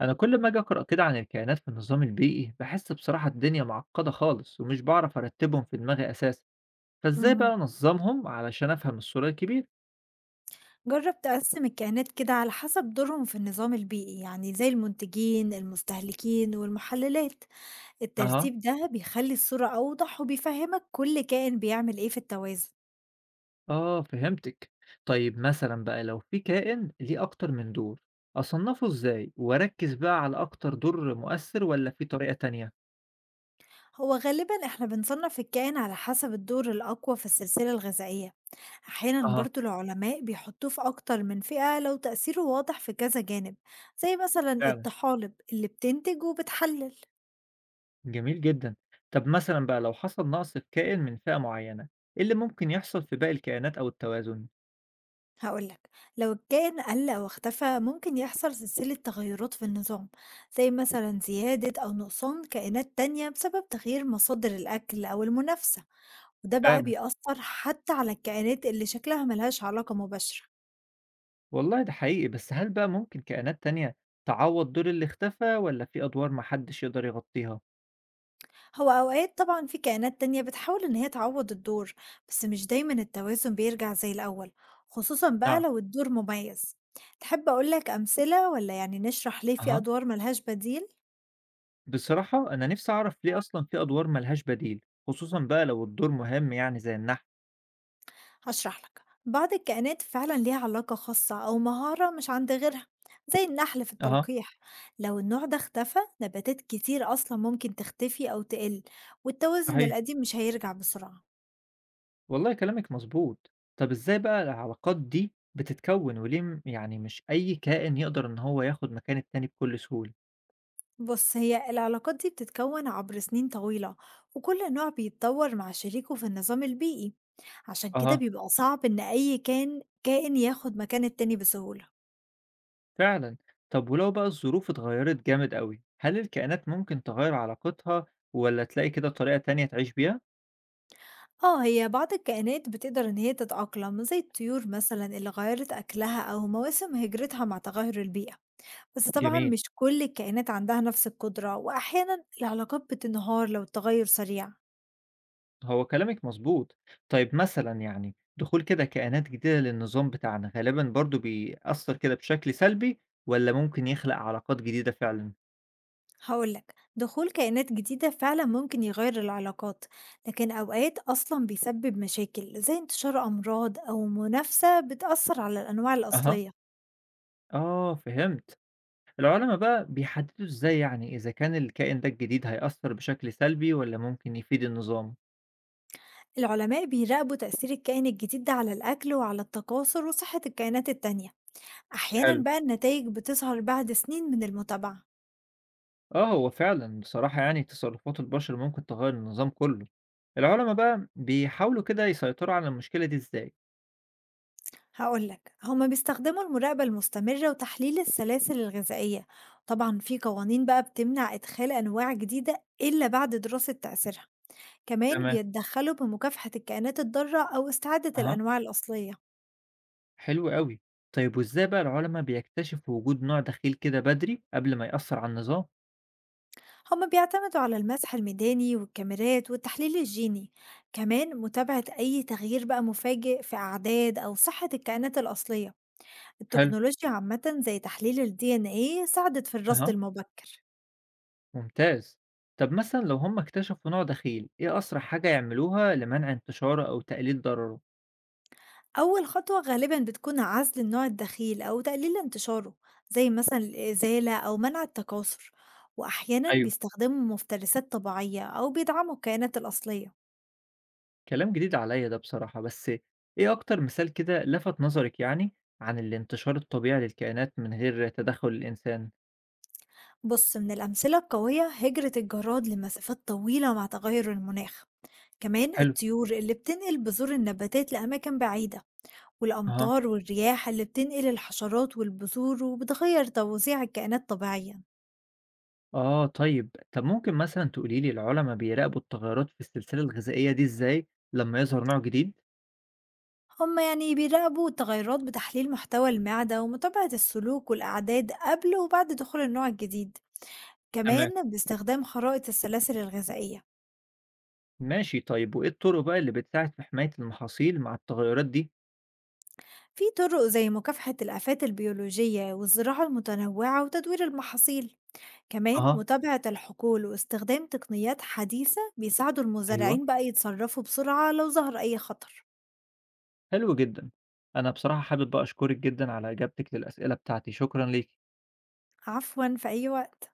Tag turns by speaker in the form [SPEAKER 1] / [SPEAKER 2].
[SPEAKER 1] أنا كل ما أجي أقرأ كده عن الكائنات في النظام البيئي بحس بصراحة الدنيا معقدة خالص ومش بعرف أرتبهم في دماغي أساسا. فإزاي بقى
[SPEAKER 2] اهم.
[SPEAKER 1] أنظمهم علشان أفهم الصورة الكبيرة؟
[SPEAKER 2] جرّب تقسّم الكائنات كده على حسب دورهم في النظام البيئي، يعني زي المنتجين، المستهلكين، والمحلّلات.
[SPEAKER 1] أها،
[SPEAKER 2] الترتيب ده بيخلّي الصورة أوضح وبيفهّمك كل كائن بيعمل إيه في التوازن.
[SPEAKER 1] آه فهمتك. طيب مثلا بقى لو في كائن ليه أكتر من دور، أصنفه إزاي وأركز بقى على أكتر دور مؤثر ولا في طريقة تانية؟
[SPEAKER 2] هو غالبًا إحنا بنصنّف الكائن على حسب الدور الأقوى في السلسلة الغذائية، أحيانًا
[SPEAKER 1] أها،
[SPEAKER 2] برضه العلماء بيحطّوه في أكتر من فئة لو تأثيره واضح في كذا جانب، زي مثلًا
[SPEAKER 1] فعلا،
[SPEAKER 2] الطحالب اللي بتنتج وبتحلّل.
[SPEAKER 1] جميل جدا. طب مثلا بقى لو حصل نقص في كائن من فئة معينة، إيه اللي ممكن يحصل في باقي الكائنات أو التوازن؟
[SPEAKER 2] هاقول لك، لو الكائن قَل أو اختفى ممكن يحصل سلسلة تغيرات في النظام، زي مثلًا زيادة أو نقصان كائنات تانية بسبب تغيير مصادر الأكل أو المنافسة، وده بقى
[SPEAKER 1] فعلا،
[SPEAKER 2] بيأثّر حتى على الكائنات اللي شكلها ما لهاش علاقة مباشرة.
[SPEAKER 1] والله ده حقيقي، بس هل بقى ممكن كائنات تانية تعوّض دور اللي اختفى والّا في أدوار ما حدش يقدر يغطيها؟
[SPEAKER 2] هو أوقات طبعًا في كائنات تانية بتحاول إن هي تعوّض الدور، بس مش دايمًا التوازن بيرجع زي الأول، خصوصًا بقى
[SPEAKER 1] نعم.
[SPEAKER 2] لو الدور مميز. تحب أقول لك أمثلة والّا يعني نشرح ليه في
[SPEAKER 1] أها.
[SPEAKER 2] أدوار ما لهاش بديل؟
[SPEAKER 1] بصراحة أنا نِفْسي أعرف ليه أصلًا في أدوار ما لهاش بديل، خصوصًا بقى لو الدور مهم يعني زي النحل.
[SPEAKER 2] هشرح لك بعض الكائنات فعلا ليها علاقة خاصة أو مهارة مش عند غيرها، زي النحل في
[SPEAKER 1] أها،
[SPEAKER 2] التلقيح. لو النوع ده اختفى نباتات كتير أصلا ممكن تختفي أو تقل، والتوازن
[SPEAKER 1] صحيح.
[SPEAKER 2] القديم مش هيرجع بسرعة.
[SPEAKER 1] والله كلامِك مضبوط. طَب إزاي بقى العلاقات دي بتتكوّن وليه م مش أي كائن يقدر إن هو ياخُد مكان التاني بكل سهولة؟
[SPEAKER 2] بص هي العلاقات دي بتتكون عبر سنين طويلة، وكل نوع بيتطور مع شريكه في النظام البيئي، عشان كده
[SPEAKER 1] أها.
[SPEAKER 2] بيبقى صعب إن أي كان كائن ياخد مكان التاني بسهولة.
[SPEAKER 1] فعلًا. طَب ولو بقى الظروف اتغيّرت جامد أوي، هل الكائنات ممكن تغيّر علاقتها والّا تلاقي كده طريقة تانية تعيش بيها؟
[SPEAKER 2] آه، هي بعض الكائنات بتقدر إن هي تتأقلم زي الطيور مثلا اللي غيرت أكلها أو مواسم هجرتها مع تغير البيئة، بس طبعا
[SPEAKER 1] جميل،
[SPEAKER 2] مش كل الكائنات عندها نفس القدرة وأحيانا العلاقات بتنهار لو التغير سريع.
[SPEAKER 1] هو كلامِك مضبوط. طيب مثلًا دخول كده كائنات جديدة للنظام بتاعنا، غالبًا برضه بيأثّر كده بشكل سلبي والّا ممكن يخلق علاقات جديدة فعلًا؟
[SPEAKER 2] هقولك دخول كائنات جديدة فعلا ممكن يغير العلاقات، لكن أوقات أصلا بيسبب مشاكل زي انتشار أمراض أو منافسة بتأثر على الأنواع
[SPEAKER 1] أها،
[SPEAKER 2] الأصلية.
[SPEAKER 1] آه فهمت. العُلما بقى بيحددوا إزاي إذا كان الكائن ده الجديد هيأثّر بشكل سلبي والّا ممكن يفيد النظام؟
[SPEAKER 2] العلماء بيراقبوا تأثير الكائن الجديد ده على الأكل وعلى التكاثر وصحة الكائنات التانية، أحيانا
[SPEAKER 1] حلو.
[SPEAKER 2] بقى النتائج بتظهر بعد سنين من المتابعة.
[SPEAKER 1] آه، هو فعلًا بصراحة تصرفات البشر ممكن تغيّر النظام كُلّه. العُلما بقى بيحاولوا كده يسيطروا على المشكلة دي إزاي؟
[SPEAKER 2] هقولك هما بيستخدموا المراقبة المستمرة وتحليل السلاسل الغذائية، طبعا في قوانين بقى بتمنع إدخال أنواع جديدة إلا بعد دراسة تأثيرها، كمان
[SPEAKER 1] تمام.
[SPEAKER 2] بيتدخلوا بمكافحة الكائنات الضارة أو استعادة
[SPEAKER 1] أها.
[SPEAKER 2] الأنواع الأصلية.
[SPEAKER 1] حلو أوي. طيب وإزاي بقى العُلَماء بيكتشفوا وجود نوع دخيل كده بدري قبل ما يأثّر على النظام؟
[SPEAKER 2] هما بيعتمدوا على المسح الميداني والكاميرات والتحليل الجيني، كمان متابعة أي تغيير بقى مفاجئ في أعداد أو صحة الكائنات الأصلية.
[SPEAKER 1] حلو،
[SPEAKER 2] التكنولوجيا عامة زي تحليل ال DNA ساعدت في الرصد
[SPEAKER 1] أها،
[SPEAKER 2] المبكر.
[SPEAKER 1] ممتاز. طب مثلًا لو هم اكتشفوا نوع دخيل، إيه أسرع حاجة يعملوها لمنع انتشاره أو تقليل ضرره؟
[SPEAKER 2] أول خطوة غالبا بتكون عزل النوع الدخيل أو تقليل انتشاره، زي مثلا الإزالة أو منع التكاثر، وأحيانا
[SPEAKER 1] أيوه،
[SPEAKER 2] بيستخدموا مفترسات طبيعية أو بيدعموا الكائنات الأصلية.
[SPEAKER 1] كلام جديد عليّا ده بصراحة، بس إيه أكتر مثال كده لَفَت نظرِك عن الانتشار الطبيعي للكائنات من غير تدخُّل الإنسان؟
[SPEAKER 2] بص من الأمثلة القوية هجرة الجراد لمسافات طويلة مع تغير المناخ، كمان
[SPEAKER 1] حلو،
[SPEAKER 2] الطيور اللي بتنقل بذور النباتات لأماكن بعيدة،
[SPEAKER 1] أها،
[SPEAKER 2] والأمطار والرياح اللي بتنقل الحشرات والبذور وبتغير توزيع الكائنات الطبيعية.
[SPEAKER 1] آه طيب. طب ممكن مثلًا تقولي لي العُلَماء بيراقبوا التغيرات في السلسلة الغذائية دي إزاي لمّا يظهر نوع جديد؟
[SPEAKER 2] هما يعني بيراقبوا تغيرات بتحليل محتوى المعدة ومتابعة السلوك والأعداد قبل وبعد دخول النوع الجديد،
[SPEAKER 1] تمام.
[SPEAKER 2] كمان باستخدام خرائط السلاسل الغذائية.
[SPEAKER 1] ماشي، طيب وإيه الطرق بقى اللي بتساعد في حماية المحاصيل مع التغيرات دي؟
[SPEAKER 2] في طرق زي مكافحة الآفات البيولوجية والزراعة المتنوعة وتدوير المحاصيل، كمان
[SPEAKER 1] أها،
[SPEAKER 2] متابعة الحقول واستخدام تقنيات حديثة بيساعدوا
[SPEAKER 1] أيوه،
[SPEAKER 2] المزارعين بقى يتصرفوا بسرعة لو ظهر أي خطر.
[SPEAKER 1] حلو جدا. أنا بصراحة حابب بقى أشكرك جدا على إجابتك للأسئلة بتاعتي، شكرا ليك.
[SPEAKER 2] عفوا في أي وقت.